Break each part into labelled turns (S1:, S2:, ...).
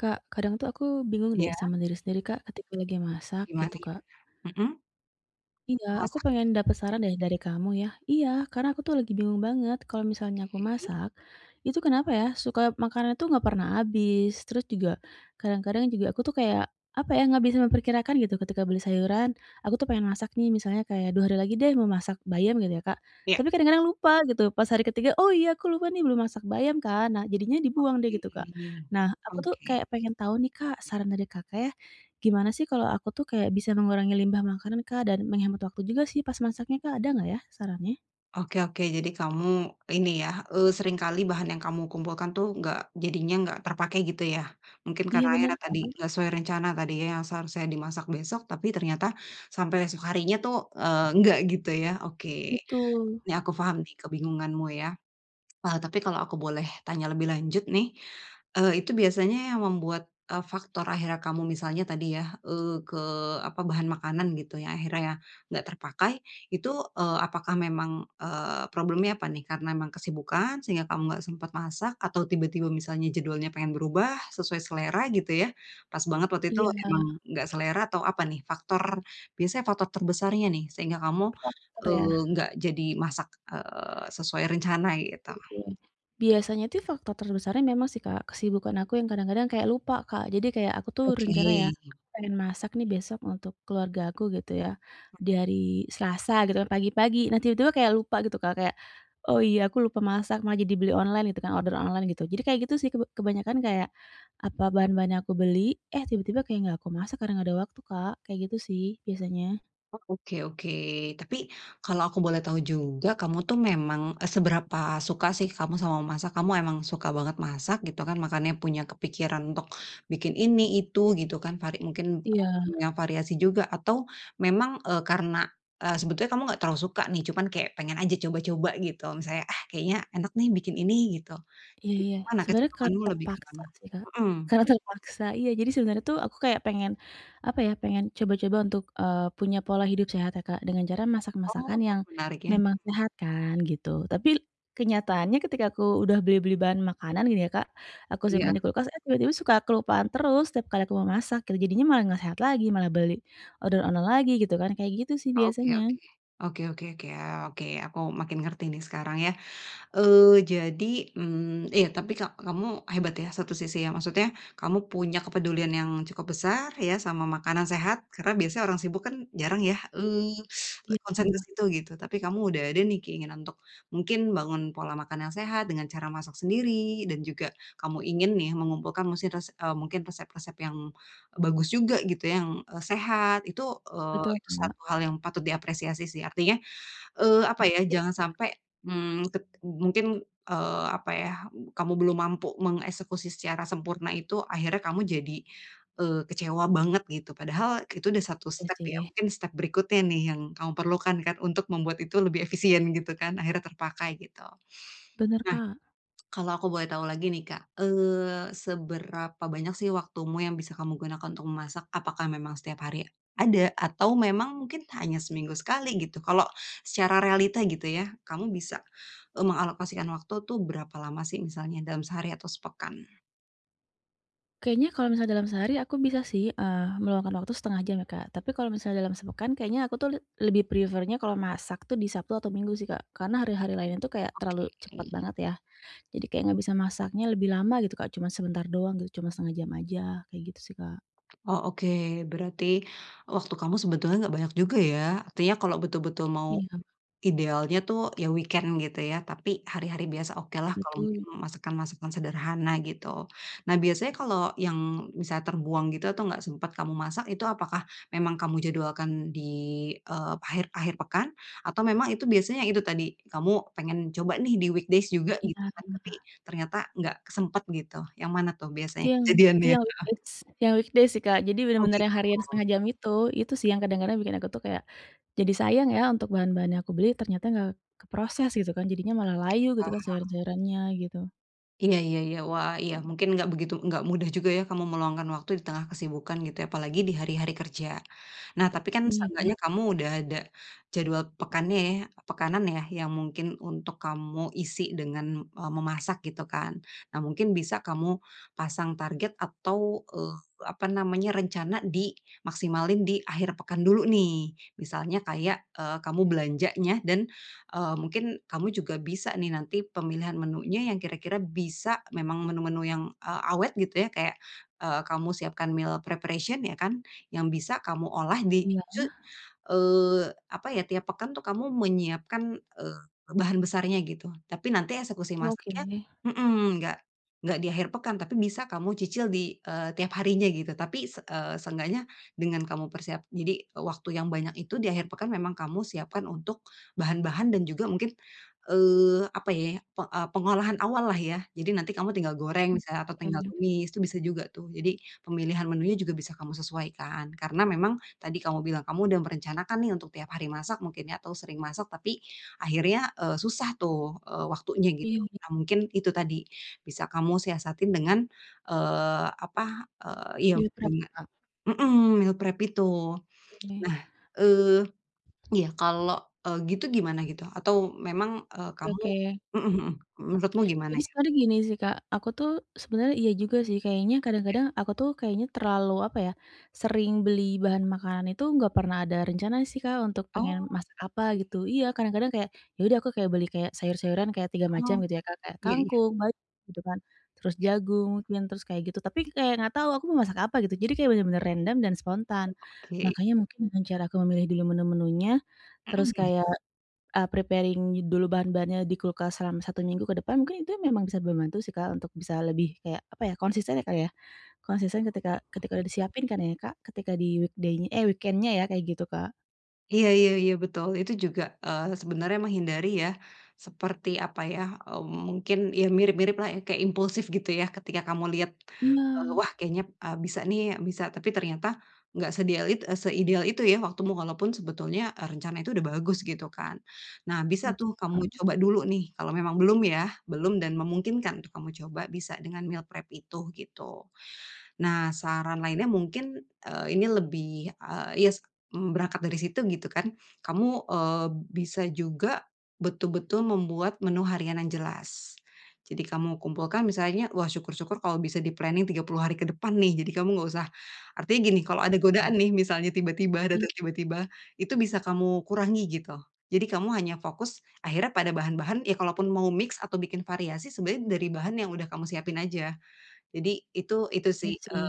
S1: Kak, kadang tuh aku bingung deh
S2: Iya,
S1: sama diri sendiri, Kak, ketika lagi masak
S2: gimana
S1: gitu, Kak.
S2: gimana? Mhm,
S1: Iya, aku pengen
S2: memasaknya,
S1: dapet saran deh dari kamu ya. Iya, karena aku tuh lagi bingung banget kalau misalnya aku
S2: oke.
S1: masak, itu kenapa ya, suka makanan tuh nggak pernah habis, terus juga kadang-kadang juga aku tuh kayak, apa ya, nggak bisa memperkirakan gitu ketika beli sayuran. Aku tuh pengen masak nih misalnya kayak 2 hari lagi deh mau masak bayam gitu ya, Kak.
S2: Iya,
S1: Tapi kadang-kadang lupa gitu, pas hari ketiga, "Oh iya aku lupa nih belum masak bayam kan." Nah jadinya dibuang deh gitu, Kak.
S2: oke.
S1: Nah, aku tuh
S2: Oke
S1: kayak pengen tahu nih, Kak, saran dari Kakak ya. Gimana sih kalau aku tuh kayak bisa mengurangi limbah makanan, Kak, dan menghemat waktu juga sih pas masaknya, Kak, ada nggak ya sarannya?
S2: oke, jadi kamu ini ya, seringkali bahan yang kamu kumpulkan tuh nggak jadinya nggak terpakai gitu ya? Mungkin
S1: Iya
S2: karena
S1: bener
S2: akhirnya
S1: kak.
S2: tadi nggak sesuai rencana tadi ya, yang seharusnya dimasak besok, tapi ternyata sampai esok harinya tuh, enggak gitu ya? Oke,
S1: Betul.
S2: ini aku paham nih kebingunganmu ya. Tapi kalau aku boleh tanya lebih lanjut nih, itu biasanya yang membuat, faktor akhirnya kamu misalnya tadi ya, ke apa, bahan makanan gitu yang akhirnya nggak terpakai, itu, apakah memang, problemnya apa nih? Karena memang kesibukan sehingga kamu nggak sempat masak atau tiba-tiba misalnya jadwalnya pengen berubah sesuai selera gitu ya, pas banget waktu itu
S1: Iya,
S2: emang nggak selera atau apa nih faktor biasanya faktor terbesarnya nih sehingga kamu,
S1: faktor ya.
S2: nggak jadi masak, sesuai rencana gitu?
S1: Oke. Biasanya tuh faktor terbesarnya memang sih, Kak, kesibukan aku yang kadang-kadang kayak lupa, Kak. Jadi kayak aku tuh
S2: Oke.
S1: rencana ya, aku pengen masak nih besok untuk keluarga aku gitu ya, di hari Selasa gitu kan pagi-pagi. Nah tiba-tiba kayak lupa gitu, Kak, kayak, "Oh iya aku lupa masak," malah jadi beli online gitu kan, order online gitu. Jadi kayak gitu sih kebanyakan kayak, apa bahan-bahan yang aku beli, eh tiba-tiba kayak nggak aku masak karena nggak ada waktu, Kak, kayak gitu sih biasanya.
S2: Oh, oke oke. Tapi kalau aku boleh tahu juga, kamu tuh memang, seberapa suka sih kamu sama masak? Kamu emang suka banget masak gitu kan, makanya punya kepikiran untuk bikin ini, itu gitu kan, vari mungkin,
S1: Iya.
S2: menu yang variasi juga atau memang, karena, sebetulnya kamu nggak terlalu suka nih, cuman kayak pengen aja coba-coba gitu, misalnya, "Ah, kayaknya enak nih bikin ini," gitu.
S1: Iya
S2: Gitu,
S1: iya,
S2: mana
S1: sebenarnya karena
S2: kecenderunganmu lebih ke
S1: terpaksa
S2: mana?
S1: sih, Kak.
S2: Mhm.
S1: Karena terpaksa, iya, jadi sebenarnya tuh aku kayak pengen, apa ya, pengen coba-coba untuk, punya pola hidup sehat ya, Kak, dengan cara masak masakan
S2: Oh,
S1: yang
S2: menarik ya.
S1: memang sehat kan, gitu. Tapi kenyataannya ketika aku udah beli-beli bahan makanan gitu ya, Kak, aku simpan
S2: Iya.
S1: di kulkas, eh, tiba-tiba suka kelupaan terus setiap kali aku mau masak gitu, jadinya malah nggak sehat lagi, malah beli order online lagi gitu kan, kayak gitu sih
S2: Oke
S1: biasanya.
S2: oke. Oke, ah, oke aku makin ngerti nih sekarang ya. Jadi, iya tapi kamu hebat ya satu sisi ya, maksudnya kamu punya kepedulian yang cukup besar ya sama makanan sehat, karena biasanya orang sibuk kan jarang ya, konsen ke
S1: Iya,
S2: situ gitu. Tapi kamu udah ada nih keinginan untuk mungkin bangun pola makan yang sehat dengan cara masak sendiri dan juga kamu ingin nih mengumpulkan mungkin resep-resep yang bagus juga gitu ya, yang, sehat. Itu,
S1: betul,
S2: itu
S1: Kak.
S2: satu hal yang patut diapresiasi sih. Artinya apa ya, jangan sampai, mungkin, apa ya, kamu belum mampu mengeksekusi secara sempurna itu, akhirnya kamu jadi, kecewa banget gitu. Padahal itu udah satu
S1: Iya
S2: step ya,
S1: sih,
S2: mungkin step berikutnya nih yang kamu perlukan kan untuk membuat itu lebih efisien gitu kan, akhirnya terpakai gitu.
S1: bener,
S2: Nah
S1: Kak.
S2: kalau aku boleh tahu lagi nih Kak, seberapa banyak sih waktumu yang bisa kamu gunakan untuk memasak? Apakah memang setiap hari ada? Atau memang mungkin hanya seminggu sekali gitu? Kalau secara realita gitu ya, kamu bisa, mengalokasikan waktu tuh berapa lama sih misalnya dalam sehari atau sepekan?
S1: Kayaknya kalau misalnya dalam sehari aku bisa sih, meluangkan waktu setengah jam ya, Kak. Tapi kalau misalnya dalam sepekan kayaknya aku tuh lebih prefer-nya kalau masak tuh di Sabtu atau Minggu sih, Kak. Karena hari-hari lainnya tuh kayak terlalu cepat banget ya. Jadi kayak nggak bisa masaknya lebih lama gitu, Kak, cuma sebentar doang gitu, cuma setengah jam aja, kayak gitu sih, Kak.
S2: Oh oke, berarti waktu kamu sebetulnya nggak banyak juga ya? Artinya kalau betul-betul mau
S1: Iya,
S2: Idealnya tuh ya weekend gitu ya, tapi hari-hari biasa oke lah kalau mungkin
S1: betul.
S2: masakan-masakan sederhana gitu. Nah biasanya kalau yang bisa terbuang gitu atau nggak sempat kamu masak itu apakah memang kamu jadwalkan di, akhir akhir pekan atau memang itu biasanya itu tadi, kamu pengen coba nih di weekdays juga gitu
S1: Iya.
S2: kan, tapi ternyata nggak kesempet gitu, yang mana tuh
S1: Itu
S2: biasanya
S1: yang itu
S2: kejadiannya?
S1: yang weekdays sih, Kak. Jadi
S2: Oh
S1: bener-bener
S2: gitu,
S1: yang harian setengah jam itu sih yang kadang-kadang bikin aku tuh kayak, jadi sayang ya untuk bahan-bahan yang aku beli ternyata nggak keproses gitu kan, jadinya malah layu gitu kan
S2: oke.
S1: sayur-sayurannya gitu.
S2: Iya iya iya. Wah, iya, mungkin nggak begitu nggak mudah juga ya kamu meluangkan waktu di tengah kesibukan gitu ya, apalagi di hari-hari kerja. Nah, tapi kan
S1: Iya,
S2: seenggaknya kamu udah ada jadwal pekannya ya pekanan ya, yang mungkin untuk kamu isi dengan, memasak gitu kan. Nah, mungkin bisa kamu pasang target atau, eee, apa namanya, rencana dimaksimalin di akhir pekan dulu nih. Misalnya kayak, kamu belanjanya dan mungkin kamu juga bisa nih nanti pemilihan menunya yang kira-kira bisa memang menu-menu yang, awet gitu ya kayak, kamu siapkan meal preparation ya kan, yang bisa kamu olah di
S1: iya.
S2: eee, apa ya, tiap pekan tuh kamu menyiapkan, bahan besarnya gitu. Tapi nanti eksekusi
S1: Oh, oke.
S2: masaknya mhm, nggak di akhir pekan, tapi bisa kamu cicil di, tiap harinya gitu. Tapi seenggaknya dengan kamu persiap jadi eh, waktu yang banyak itu di akhir pekan memang kamu siapkan untuk, bahan-bahan dan juga mungkin, apa ya, pengolahan awal lah ya. Jadi nanti kamu tinggal goreng misalnya atau
S1: Iya
S2: tinggal
S1: iya.
S2: tumis, itu bisa juga tuh. Jadi pemilihan menunya juga bisa kamu sesuaikan. Karena memang tadi kamu bilang kamu udah merencanakan nih untuk tiap hari masak mungkin ya atau sering masak tapi akhirnya, susah tuh, waktunya gitu.
S1: Iya,
S2: Nah mungkin itu tadi, bisa kamu siasatin dengan, apa, iya
S1: biar prep,
S2: dengan
S1: Kak.
S2: mhm, meal prep itu.
S1: Oke.
S2: Nah, eee Iya, kalau, gitu gimana gitu? Atau memang, kamu
S1: Oke oke.
S2: mhm mhm, menurutmu gimana
S1: Jadi
S2: ya?
S1: sebenarnya gini sih, Kak, aku tuh sebenarnya iya juga sih kayaknya
S2: Iya.
S1: kadang-kadang aku tuh kayaknya terlalu, apa ya, sering beli bahan makanan itu nggak pernah ada rencana sih, Kak, untuk pengen
S2: Oh,
S1: masak apa
S2: i
S1: gitu. Iya, kadang-kadang kayak, ya udah aku kayak beli kayak sayur-sayuran kayak 3 macam
S2: oh,
S1: gitu ya, Kak, kayak
S2: iya iya
S1: kangkung, bayam, gitu kan, terus
S2: iya,
S1: jagung mungkin, terus kayak gitu. Tapi kayak nggak tahu aku mau masak apa gitu, jadi kayak bener-bener random dan spontan.
S2: oke.
S1: Makanya mungkin dengan cara aku memilih dulu menu-menunya, terus
S2: Mhm.
S1: kayak preparing dulu bahan-bahannya di kulkas selama 1 minggu ke depan mungkin itu memang bisa membantu sih, Kak, untuk bisa lebih kayak, apa ya, konsisten ya, Kak, ya. Konsisten ketika ketika udah disiapin kan ya, Kak, ketika di weekday-nya eh, weekend-nya ya kayak gitu, Kak.
S2: Iya iya iya, betul. Itu juga, sebenarnya menghindari ya, seperti apa ya, eee, mungkin ya mirip-mirip lah ya kayak impulsif gitu ya ketika kamu lihat,
S1: Iya,
S2: wah kayaknya, bisa nih, bisa, tapi ternyata nggak sedial it eee, seideal itu ya waktumu walaupun sebetulnya, rencana itu udah bagus gitu kan. Nah bisa tuh
S1: betul,
S2: kamu
S1: Kak.
S2: coba dulu nih kalau memang belum ya, belum dan memungkinkan tuh kamu coba bisa dengan meal prep itu, gitu. Nah, saran lainnya mungkin, ini lebih, berangkat dari situ gitu kan, kamu, bisa juga betul-betul membuat menu harian yang jelas. Jadi kamu kumpulkan misalnya, wah syukur-syukur kalau bisa di-planning 30 hari ke depan nih, jadi kamu nggak usah artinya gini, kalau ada
S1: Oh,
S2: godaan nih misalnya tiba-tiba,
S1: iya
S2: datang tiba-tiba, itu bisa kamu kurangi gitu. Jadi kamu hanya fokus akhirnya pada bahan-bahan ya kalaupun mau mix atau bikin variasi sebenarnya dari bahan yang udah kamu siapin aja. Jadi itu
S1: iya
S2: sih,
S1: sih,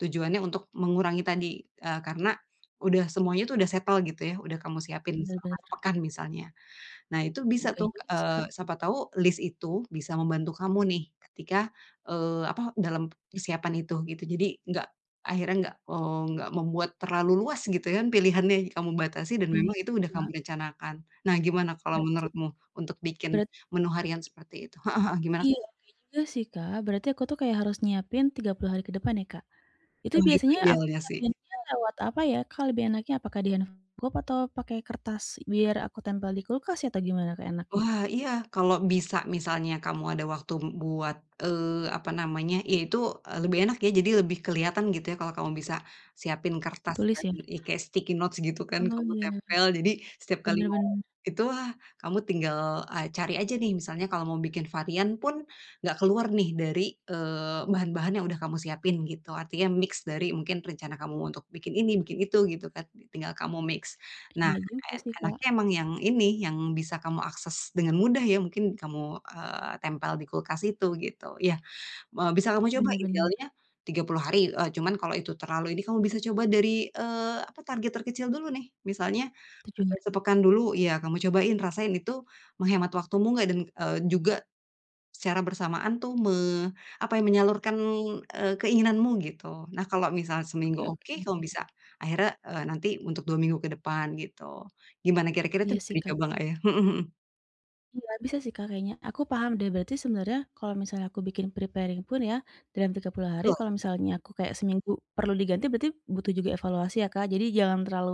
S2: tujuannya untuk mengurangi tadi, karena udah semuanya tuh udah settle gitu ya, udah kamu siapin. Mhm.
S1: bener
S2: Selama
S1: bener.
S2: sepekan misalnya. Nah itu bisa. Mhm.
S1: Kayak
S2: Tuh,
S1: juga sih, Kak.
S2: siapa tahu list itu bisa membantu kamu nih ketika, apa, dalam persiapan itu gitu. Jadi nggak akhirnya nggak, nggak membuat terlalu luas gitu kan pilihannya, kamu batasi dan
S1: Iya
S2: memang itu
S1: sih,
S2: udah kamu
S1: Kak.
S2: rencanakan. Nah gimana kalau
S1: Berarti
S2: menurutmu untuk bikin
S1: berarti
S2: menu harian seperti itu? Heeh heeh, gimana?
S1: iya, iya juga sih, Kak. Berarti aku tuh kayak harus nyiapin 30 hari ke depan ya, Kak? Itu
S2: Oh itu
S1: biasanya aku
S2: idealnya sih.
S1: siapinnya lewat apa ya, Kak, lebih enaknya? Apakah di handphone atau pakai kertas biar aku tempel di kulkas ya, atau gimana, Kak, enaknya?
S2: Wah, iya, kalau bisa misalnya kamu ada waktu buat, apa namanya, ya itu, lebih enak ya, jadi lebih kelihatan gitu ya kalau kamu bisa siapin kertas
S1: Tulis
S2: dan
S1: ya?
S2: ya kayak sticky notes gitu kan
S1: Oh,
S2: kamu
S1: iya,
S2: tempel, jadi setiap kali
S1: bener
S2: mau
S1: bener.
S2: itu, wah, kamu tinggal, cari aja nih misalnya kalau mau bikin varian pun nggak keluar nih dari, bahan-bahan yang udah kamu siapin gitu, artinya mix dari mungkin rencana kamu untuk bikin ini, bikin itu gitu kan, tinggal kamu mix. Nah
S1: Iya juga sih, Kak,
S2: Enaknya emang yang ini, yang bisa kamu akses dengan mudah ya, mungkin kamu, tempel di kulkas itu gitu. Iya, bisa kamu coba
S1: bener bener,
S2: idealnya 30 hari, cuman kalau itu terlalu ini kamu bisa coba dari, apa, target terkecil dulu nih. Misalnya,
S1: tujuh hari,
S2: sepekan dulu, ya kamu cobain, rasain itu menghemat waktumu nggak dan, juga secara bersamaan tuh apa ya, menyalurkan, keinginanmu gitu. Nah, kalau misal seminggu
S1: oke oke.
S2: oke, kamu bisa akhirnya, nanti untuk 2 minggu ke depan gitu. Gimana kira-kira itu
S1: Iya
S2: bisa
S1: sih, Kak.
S2: dicoba nggak ya? Mhm mhm.
S1: Iya, bisa sih, Kak, kayaknya. Aku paham deh, berarti sebenarnya kalau misalnya aku bikin preparing pun ya, dalam 30 hari
S2: Betul
S1: kalau misalnya aku kayak seminggu perlu diganti berarti butuh juga evaluasi ya, Kak. Jadi jangan terlalu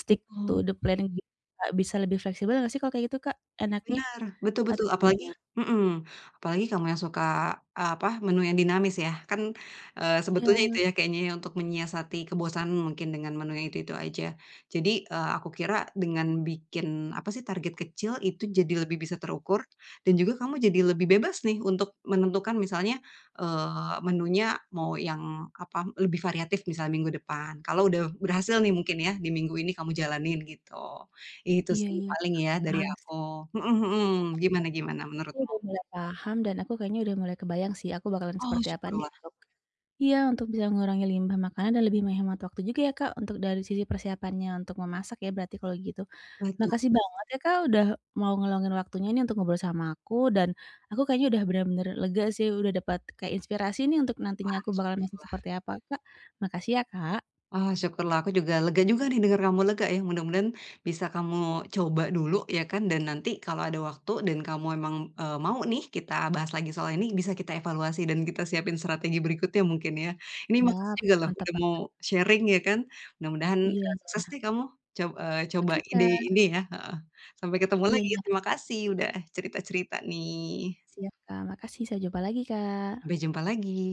S1: stick to
S2: betul.
S1: the plan gitu, Kak. Bisa lebih fleksibel nggak sih kalau kayak gitu, Kak, enaknya
S2: Bener, betul
S1: atau
S2: betul,
S1: gimana?
S2: apalagi mhm, apalagi kamu yang suka, apa, menu yang dinamis ya, kan, sebetulnya
S1: Iya
S2: itu ya kayaknya ya untuk menyiasati kebosanan mungkin dengan menu yang itu-itu aja. Jadi, aku kira dengan bikin, apa sih, target kecil itu jadi lebih bisa terukur dan juga kamu jadi lebih bebas nih untuk menentukan misalnya, menunya mau yang, apa, lebih variatif misalnya minggu depan. Kalau udah berhasil nih mungkin ya di minggu ini kamu jalanin gitu. Itu
S1: iya
S2: sih
S1: iya,
S2: paling ya dari
S1: paham sih.
S2: aku. Mhm mhm, gimana gimana
S1: Kayaknya aku
S2: menurutmu?
S1: udah mulai paham dan aku kayaknya udah mulai kebayang sih aku bakalan
S2: Oh
S1: seperti apa nih
S2: syukurlah,
S1: untuk iya, untuk bisa mengurangi limbah makanan dan lebih menghemat waktu juga ya, Kak, untuk dari sisi persiapannya untuk memasak ya berarti kalau gitu.
S2: betul.
S1: Makasih banget ya Kak, udah mau ngeluangin waktunya nih untuk ngobrol sama aku, dan aku kayaknya udah bener-bener lega sih, udah dapat kayak inspirasi nih untuk nantinya
S2: Kak,
S1: aku bakal masak
S2: syukurlah.
S1: seperti apa, Kak. Makasih ya, Kak.
S2: Ah, syukurlah aku juga lega juga nih dengar kamu lega ya, mudah-mudahan bisa kamu coba dulu ya kan dan nanti kalau ada waktu dan kamu emang, mau nih kita bahas lagi soal ini bisa kita evaluasi dan kita siapin strategi berikutnya mungkin ya. Ini makasih
S1: Ya
S2: juga loh
S1: mantap
S2: udah mau
S1: banget.
S2: sharing ya kan, mudah-mudahan,
S1: Iya iya.
S2: sukses deh kamu coba
S1: Oke
S2: ide
S1: Kak.
S2: ini ya, heeh. Sampai ketemu
S1: Iya
S2: lagi,
S1: iya.
S2: terima kasih udah cerita-cerita nih.
S1: Siap Kak, makasih. Sampai jumpa lagi, Kak.
S2: Sampai jumpa lagi.